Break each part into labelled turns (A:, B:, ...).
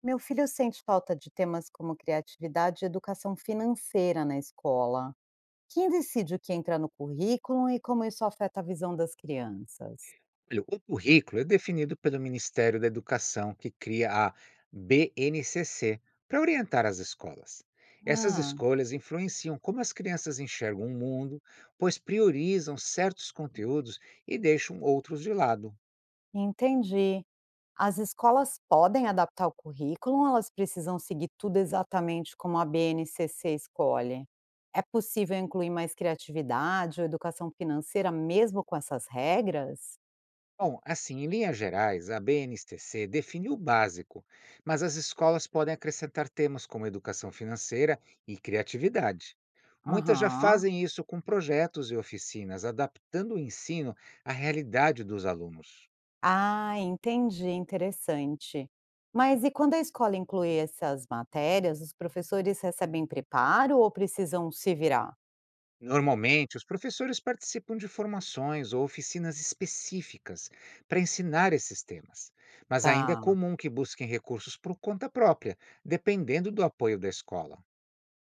A: Meu filho sente falta de temas como criatividade e educação financeira na escola. Quem decide o que entra no currículo e como isso afeta a visão das crianças?
B: Olha, o currículo é definido pelo Ministério da Educação, que cria a BNCC para orientar as escolas. Essas
A: Ah,
B: escolhas influenciam como as crianças enxergam o mundo, pois priorizam certos conteúdos e deixam outros de lado.
A: entendi. As escolas podem adaptar o currículo ou elas precisam seguir tudo exatamente como a BNCC escolhe? É possível incluir mais criatividade ou educação financeira mesmo com essas regras?
B: Bom, assim, em linhas gerais, a BNCC define o básico, mas as escolas podem acrescentar temas como educação financeira e criatividade. Muitas já
A: Aham.
B: fazem isso com projetos e oficinas, adaptando o ensino à realidade dos alunos.
A: Ah, entendi, interessante. Mas e quando a escola inclui essas matérias, os professores recebem preparo ou precisam se virar?
B: Normalmente, os professores participam de formações ou oficinas específicas para ensinar esses temas, mas ainda é
A: Tá.
B: comum que busquem recursos por conta própria, dependendo do apoio da escola.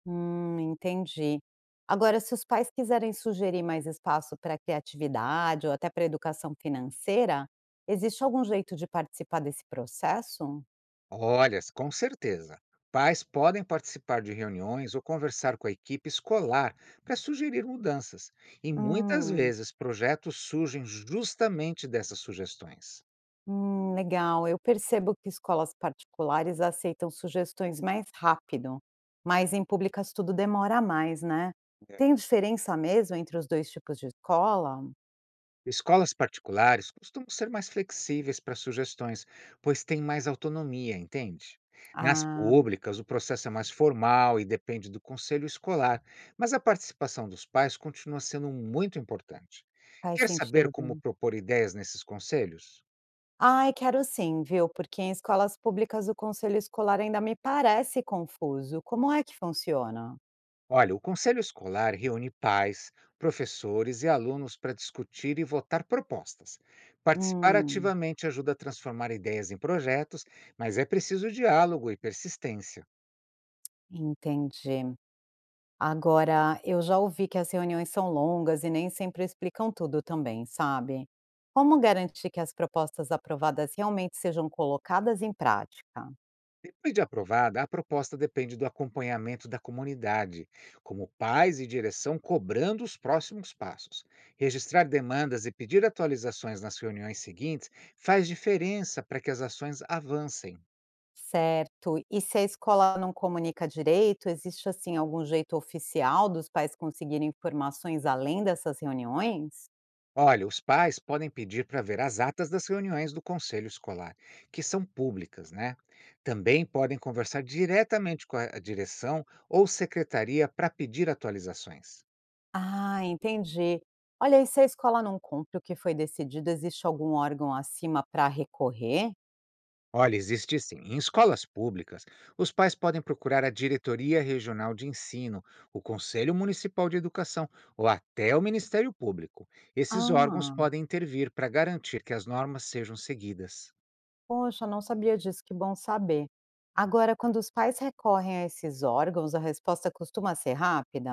A: Entendi. Agora, se os pais quiserem sugerir mais espaço para criatividade ou até para educação financeira, existe algum jeito de participar desse processo?
B: Olha, com certeza. Pais podem participar de reuniões ou conversar com a equipe escolar para sugerir mudanças, e muitas
A: Hum.
B: vezes projetos surgem justamente dessas sugestões.
A: Legal. Eu percebo que escolas particulares aceitam sugestões mais rápido, mas em públicas tudo demora mais, né?
B: É.
A: Tem diferença mesmo entre os dois tipos de escola?
B: Escolas particulares costumam ser mais flexíveis para sugestões, pois têm mais autonomia, entende? Nas
A: Ah,
B: públicas, o processo é mais formal e depende do conselho escolar, mas a participação dos pais continua sendo muito importante.
A: faz
B: Quer saber como
A: sentido.
B: propor ideias nesses conselhos?
A: Ai, quero sim, viu? Porque em escolas públicas o conselho escolar ainda me parece confuso. Como é que funciona?
B: Olha, o Conselho Escolar reúne pais, professores e alunos para discutir e votar propostas. Participar
A: Hum,
B: ativamente ajuda a transformar ideias em projetos, mas é preciso diálogo e persistência.
A: entendi. Agora, eu já ouvi que as reuniões são longas e nem sempre explicam tudo também, sabe? Como garantir que as propostas aprovadas realmente sejam colocadas em prática?
B: Depois de aprovada, a proposta depende do acompanhamento da comunidade, como pais e direção cobrando os próximos passos. Registrar demandas e pedir atualizações nas reuniões seguintes faz diferença para que as ações avancem.
A: Certo. E se a escola não comunica direito, existe assim algum jeito oficial dos pais conseguirem informações além dessas reuniões?
B: Olha, os pais podem pedir para ver as atas das reuniões do conselho escolar, que são públicas, né? Também podem conversar diretamente com a direção ou secretaria para pedir atualizações.
A: Ah, entendi. Olha, e se a escola não cumpre o que foi decidido, existe algum órgão acima para recorrer?
B: Olha, existe sim. Em escolas públicas, os pais podem procurar a Diretoria Regional de Ensino, o Conselho Municipal de Educação ou até o Ministério Público. Esses órgãos
A: Ah,
B: podem intervir para garantir que as normas sejam seguidas.
A: poxa, não sabia disso, que bom saber. Agora, quando os pais recorrem a esses órgãos, a resposta costuma ser rápida?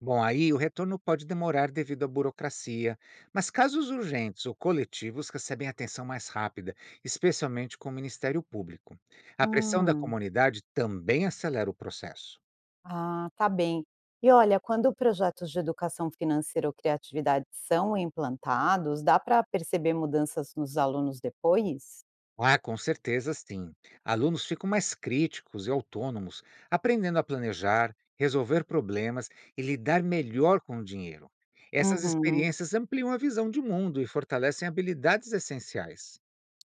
B: Bom, aí o retorno pode demorar devido à burocracia, mas casos urgentes ou coletivos recebem atenção mais rápida, especialmente com o Ministério Público. A pressão da
A: Hum,
B: comunidade também acelera o processo.
A: ah, tá bem. E olha, quando projetos de educação financeira ou criatividade são implantados, dá para perceber mudanças nos alunos depois?
B: Ah, com certeza sim. Alunos ficam mais críticos e autônomos, aprendendo a planejar, resolver problemas e lidar melhor com o dinheiro. Essas
A: Uhum.
B: experiências ampliam a visão de mundo e fortalecem habilidades essenciais.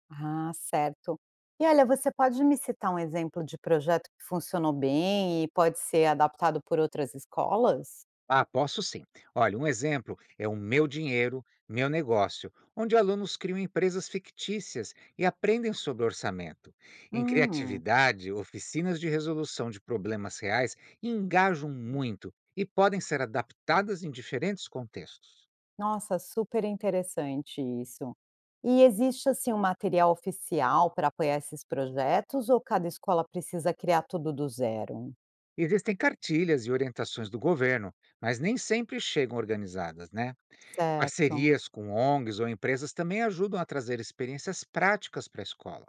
A: Ah, certo. E olha, você pode me citar um exemplo de projeto que funcionou bem e pode ser adaptado por outras escolas?
B: Ah, posso sim. Olha, um exemplo é o Meu Dinheiro, Meu Negócio, onde alunos criam empresas fictícias e aprendem sobre orçamento. Em
A: Hum.
B: criatividade, oficinas de resolução de problemas reais engajam muito e podem ser adaptadas em diferentes contextos.
A: Nossa, super interessante isso. E existe assim um material oficial para apoiar esses projetos ou cada escola precisa criar tudo do zero?
B: Existem cartilhas e orientações do governo, mas nem sempre chegam organizadas, né?
A: Certo.
B: Parcerias com ONGs ou empresas também ajudam a trazer experiências práticas para a escola.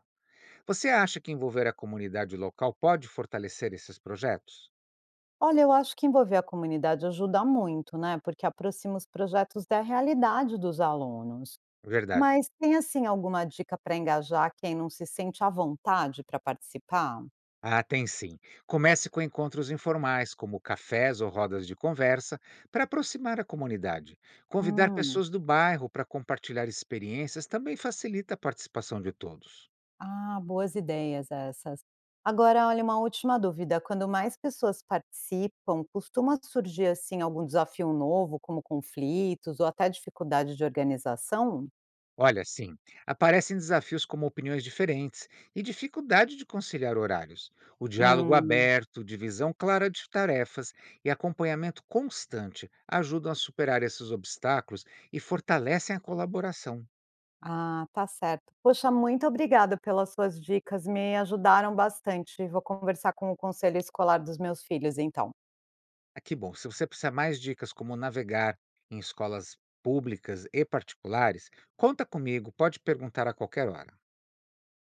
B: Você acha que envolver a comunidade local pode fortalecer esses projetos?
A: Olha, eu acho que envolver a comunidade ajuda muito, né? Porque aproxima os projetos da realidade dos alunos.
B: Verdade.
A: Mas tem assim alguma dica para engajar quem não se sente à vontade para participar?
B: Ah, tem sim. Comece com encontros informais, como cafés ou rodas de conversa, para aproximar a comunidade. Convidar
A: Hum.
B: pessoas do bairro para compartilhar experiências também facilita a participação de todos.
A: Ah, boas ideias essas. Agora, olha, uma última dúvida. Quando mais pessoas participam, costuma surgir assim algum desafio novo, como conflitos ou até dificuldade de organização?
B: Olha, sim, aparecem desafios como opiniões diferentes e dificuldade de conciliar horários. O diálogo
A: Hum,
B: aberto, divisão clara de tarefas e acompanhamento constante ajudam a superar esses obstáculos e fortalecem a colaboração.
A: ah, tá certo. Poxa, muito obrigada pelas suas dicas, me ajudaram bastante. Vou conversar com o conselho escolar dos meus filhos, então.
B: Ah, que bom, se você precisar mais dicas como navegar em escolas públicas e particulares, conta comigo, pode perguntar a qualquer hora.